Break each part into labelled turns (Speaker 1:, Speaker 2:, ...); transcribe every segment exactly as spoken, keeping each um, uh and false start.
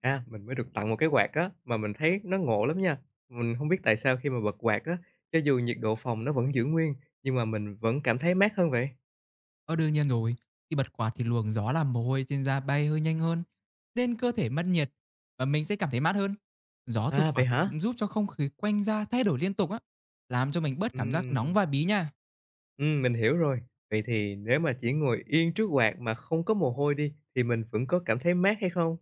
Speaker 1: À, mình mới được tặng một cái quạt á, mà mình thấy nó ngộ lắm nha. Mình không biết tại sao khi mà bật quạt á, cho dù nhiệt độ phòng nó vẫn giữ nguyên, nhưng mà mình vẫn cảm thấy mát hơn vậy.
Speaker 2: Ờ, đương nhiên rồi. Khi bật quạt thì luồng gió làm mồ hôi trên da bay hơi nhanh hơn, nên cơ thể mất nhiệt và mình sẽ cảm thấy mát hơn. Gió từ
Speaker 1: À, vậy
Speaker 2: quạt thì
Speaker 1: hả?
Speaker 2: cũng giúp cho không khí quanh da thay đổi liên tục á, làm cho mình bớt cảm giác nóng
Speaker 1: Ừm,
Speaker 2: và bí nha.
Speaker 1: ừm, mình hiểu rồi. Vậy thì nếu mà chỉ ngồi yên trước quạt mà không có mồ hôi đi, thì mình vẫn có cảm thấy mát hay không?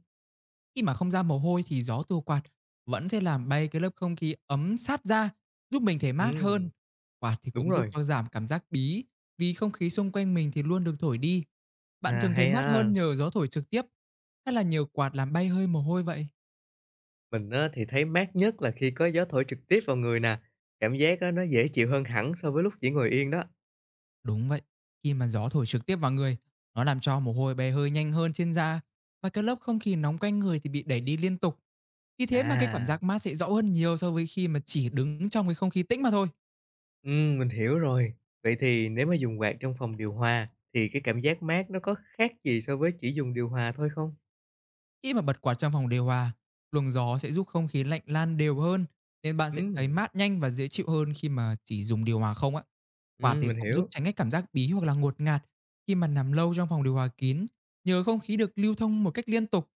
Speaker 2: Khi mà không ra mồ hôi thì gió từ quạt vẫn sẽ làm bay cái lớp không khí ấm sát da, giúp mình thấy mát
Speaker 1: Ừm,
Speaker 2: hơn. Quạt thì
Speaker 1: đúng
Speaker 2: cũng giúp
Speaker 1: rồi.
Speaker 2: cho giảm cảm giác bí vì không khí xung quanh mình thì luôn được thổi đi. Bạn
Speaker 1: À,
Speaker 2: thường thấy
Speaker 1: hay
Speaker 2: mát hơn
Speaker 1: ha.
Speaker 2: nhờ gió thổi trực tiếp hay là nhờ quạt làm bay hơi mồ hôi vậy?
Speaker 1: Mình á thì thấy mát nhất là khi có gió thổi trực tiếp vào người nè, cảm giác á nó dễ chịu hơn hẳn so với lúc chỉ ngồi yên đó.
Speaker 2: Đúng vậy, khi mà gió thổi trực tiếp vào người, nó làm cho mồ hôi bè hơi nhanh hơn trên da và các lớp không khí nóng quanh người thì bị đẩy đi liên tục. Vì thế mà cái cảm
Speaker 1: À.
Speaker 2: giác mát sẽ rõ hơn nhiều so với khi mà chỉ đứng trong cái không khí tĩnh mà thôi.
Speaker 1: Ừm, mình hiểu rồi. Vậy thì nếu mà dùng quạt trong phòng điều hòa thì cái cảm giác mát nó có khác gì so với chỉ dùng điều hòa thôi không?
Speaker 2: Khi mà bật quạt trong phòng điều hòa, luồng gió sẽ giúp không khí lạnh lan đều hơn nên bạn sẽ thấy
Speaker 1: Ừm,
Speaker 2: mát nhanh và dễ chịu hơn khi mà chỉ dùng điều hòa không ạ. Quạt
Speaker 1: ừm,
Speaker 2: thì
Speaker 1: mình
Speaker 2: cũng giúp
Speaker 1: hiểu.
Speaker 2: tránh cái cảm giác bí hoặc là ngột ngạt khi mà nằm lâu trong phòng điều hòa kín nhờ không khí được lưu thông một cách liên tục.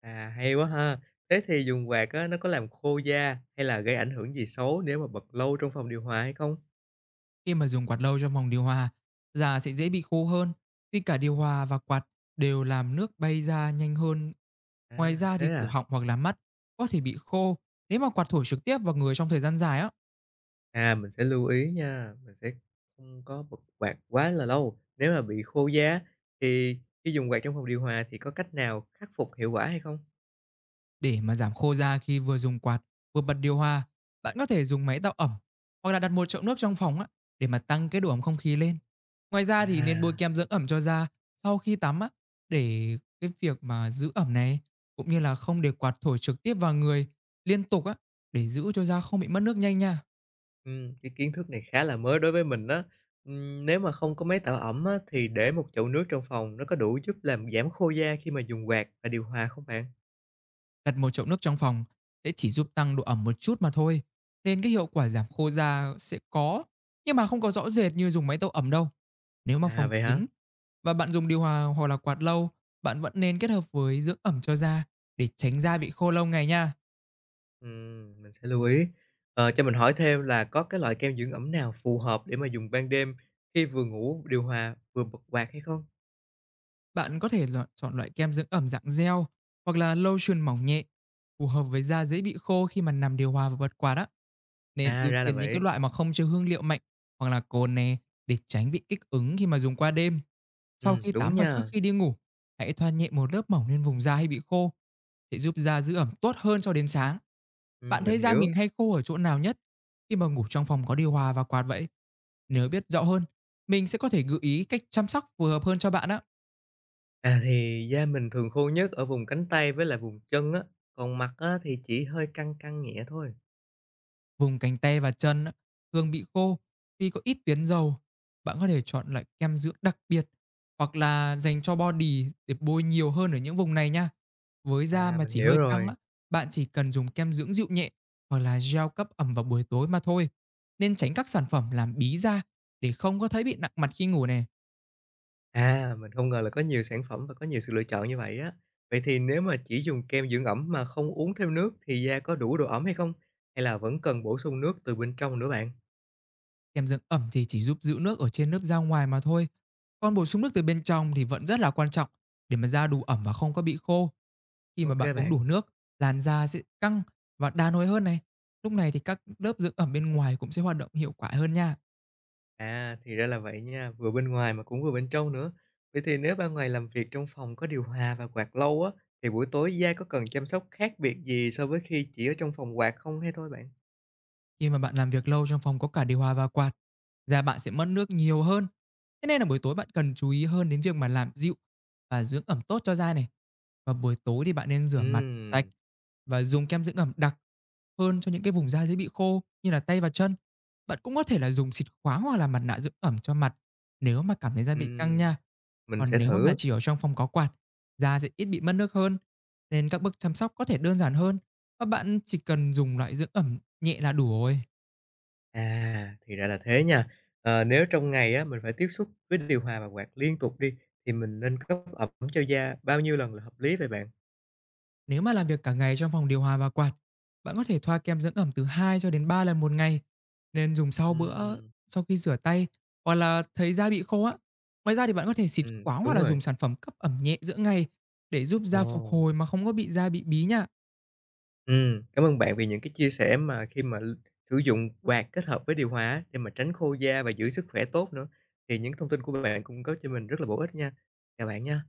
Speaker 1: À, hay quá ha. Thế thì dùng quạt á, nó có làm khô da hay là gây ảnh hưởng gì xấu nếu mà bật lâu trong phòng điều hòa hay không?
Speaker 2: Khi mà dùng quạt lâu trong phòng điều hòa, da sẽ dễ bị khô hơn vì cả điều hòa và quạt đều làm nước bay ra nhanh hơn.
Speaker 1: À,
Speaker 2: Ngoài ra
Speaker 1: thế
Speaker 2: thì cổ
Speaker 1: à?
Speaker 2: họng hoặc là mắt có thể bị khô nếu mà quạt thổi trực tiếp vào người trong thời gian dài á.
Speaker 1: À, mình sẽ lưu ý nha. Mình sẽ không có bật quạt quá là lâu. Nếu mà bị khô da thì khi dùng quạt trong phòng điều hòa thì có cách nào khắc phục hiệu quả hay không?
Speaker 2: Để mà giảm khô da khi vừa dùng quạt, vừa bật điều hòa, bạn có thể dùng máy tạo ẩm hoặc là đặt một chậu nước trong phòng á để mà tăng cái độ ẩm không khí lên. Ngoài ra thì nên bôi
Speaker 1: À.
Speaker 2: kem dưỡng ẩm cho da sau khi tắm á, để cái việc mà giữ ẩm này cũng như là không để quạt thổi trực tiếp vào người liên tục á, để giữ cho da không bị mất nước nhanh nha.
Speaker 1: Ừm, cái kiến thức này khá là mới đối với mình á. Ừm, nếu mà không có máy tạo ẩm á, thì để một chậu nước trong phòng nó có đủ giúp làm giảm khô da khi mà dùng quạt và điều hòa không bạn?
Speaker 2: Đặt một chậu nước trong phòng sẽ chỉ giúp tăng độ ẩm một chút mà thôi. Nên cái hiệu quả giảm khô da sẽ có nhưng mà không có rõ rệt như dùng máy tạo ẩm đâu. Nếu mà
Speaker 1: À,
Speaker 2: phòng
Speaker 1: vậy hả?
Speaker 2: kín và bạn dùng điều hòa hoặc là quạt lâu, bạn vẫn nên kết hợp với dưỡng ẩm cho da để tránh da bị khô lâu ngày nha.
Speaker 1: Ừm, mình sẽ lưu ý. Ờ, cho mình hỏi thêm là có cái loại kem dưỡng ẩm nào phù hợp để mà dùng ban đêm khi vừa ngủ điều hòa vừa bật quạt hay không?
Speaker 2: Bạn có thể lọ- chọn loại kem dưỡng ẩm dạng gel hoặc là lotion mỏng nhẹ, phù hợp với da dễ bị khô khi mà nằm điều hòa và bật quạt á. Nên
Speaker 1: À,
Speaker 2: ưu
Speaker 1: ra là
Speaker 2: tiên những cái
Speaker 1: vậy.
Speaker 2: loại mà không chứa hương liệu mạnh hoặc là cồn nè, để tránh bị kích ứng khi mà dùng qua đêm. Sau
Speaker 1: Ừm,
Speaker 2: khi
Speaker 1: đúng
Speaker 2: tắm và trước
Speaker 1: nha.
Speaker 2: khi đi ngủ, hãy thoa nhẹ một lớp mỏng lên vùng da hay bị khô, sẽ giúp da giữ ẩm tốt hơn cho đến sáng.
Speaker 1: Ừm,
Speaker 2: Bạn
Speaker 1: mình
Speaker 2: thấy da
Speaker 1: hiểu.
Speaker 2: mình hay khô ở chỗ nào nhất khi mà ngủ trong phòng có điều hòa và quạt vậy? Nếu biết rõ hơn, mình sẽ có thể gợi ý cách chăm sóc phù hợp hơn cho bạn á.
Speaker 1: À, thì da mình thường khô nhất ở vùng cánh tay với lại vùng chân á, còn mặt á, thì chỉ hơi căng căng nhẹ thôi.
Speaker 2: Vùng cánh tay và chân á, thường bị khô vì có ít tuyến dầu. Bạn có thể chọn loại kem dưỡng đặc biệt hoặc là dành cho body để bôi nhiều hơn ở những vùng này nha. Với da
Speaker 1: À,
Speaker 2: mà
Speaker 1: mình
Speaker 2: chỉ
Speaker 1: hiểu
Speaker 2: hơi căng
Speaker 1: rồi.
Speaker 2: á, bạn chỉ cần dùng kem dưỡng dịu nhẹ hoặc là gel cấp ẩm vào buổi tối mà thôi. Nên tránh các sản phẩm làm bí da để không có thấy bị nặng mặt khi ngủ nè.
Speaker 1: À, mình không ngờ là có nhiều sản phẩm và có nhiều sự lựa chọn như vậy á. Vậy thì nếu mà chỉ dùng kem dưỡng ẩm mà không uống thêm nước thì da có đủ độ ẩm hay không? Hay là vẫn cần bổ sung nước từ bên trong nữa bạn?
Speaker 2: Kem dưỡng ẩm thì chỉ giúp giữ nước ở trên lớp da ngoài mà thôi. Còn bổ sung nước từ bên trong thì vẫn rất là quan trọng để mà da đủ ẩm và không có bị khô. Khi mà
Speaker 1: OK
Speaker 2: bạn uống
Speaker 1: bạn.
Speaker 2: đủ nước, làn da sẽ căng và đàn hồi hơn này. Lúc này thì các lớp dưỡng ẩm bên ngoài cũng sẽ hoạt động hiệu quả hơn nha.
Speaker 1: À, thì ra là vậy nha, vừa bên ngoài mà cũng vừa bên trong nữa. Vậy thì nếu ban ngày làm việc trong phòng có điều hòa và quạt lâu á, thì buổi tối da có cần chăm sóc khác biệt gì so với khi chỉ ở trong phòng quạt không hay thôi bạn?
Speaker 2: Khi mà bạn làm việc lâu trong phòng có cả điều hòa và quạt, da bạn sẽ mất nước nhiều hơn. Thế nên là buổi tối bạn cần chú ý hơn đến việc mà làm dịu và dưỡng ẩm tốt cho da này. Và buổi tối thì bạn nên rửa mặt sạch
Speaker 1: Ừm,
Speaker 2: và dùng kem dưỡng ẩm đặc hơn cho những cái vùng da dễ bị khô như là tay và chân. Bạn cũng có thể là dùng xịt khoáng hoặc là mặt nạ dưỡng ẩm cho mặt nếu mà cảm thấy da bị căng
Speaker 1: ừm,
Speaker 2: nha.
Speaker 1: mình
Speaker 2: Còn
Speaker 1: sẽ
Speaker 2: nếu mà
Speaker 1: thử.
Speaker 2: bạn chỉ ở trong phòng có quạt, da sẽ ít bị mất nước hơn, nên các bước chăm sóc có thể đơn giản hơn và bạn chỉ cần dùng loại dưỡng ẩm nhẹ là đủ rồi.
Speaker 1: À, thì ra là thế nha. Ờ, nếu trong ngày á, mình phải tiếp xúc với điều hòa và quạt liên tục đi, thì mình nên cấp ẩm cho da bao nhiêu lần là hợp lý vậy bạn?
Speaker 2: Nếu mà làm việc cả ngày trong phòng điều hòa và quạt, bạn có thể thoa kem dưỡng ẩm từ hai cho đến ba lần một ngày, nên dùng sau bữa,
Speaker 1: Ừm,
Speaker 2: sau khi rửa tay hoặc là thấy da bị khô á. Ngoài ra thì bạn có thể xịt
Speaker 1: ừm,
Speaker 2: khoáng hoặc
Speaker 1: đúng
Speaker 2: là
Speaker 1: rồi.
Speaker 2: dùng sản phẩm cấp ẩm nhẹ giữa ngày để giúp
Speaker 1: Ồ.
Speaker 2: da phục hồi mà không có bị da bị bí nha.
Speaker 1: Ừm, cảm ơn bạn vì những cái chia sẻ mà khi mà l sử dụng quạt kết hợp với điều hòa á, để mà tránh khô da và giữ sức khỏe tốt nữa. Thì những thông tin của bạn cung cấp cho mình rất là bổ ích nha. Chào bạn nha.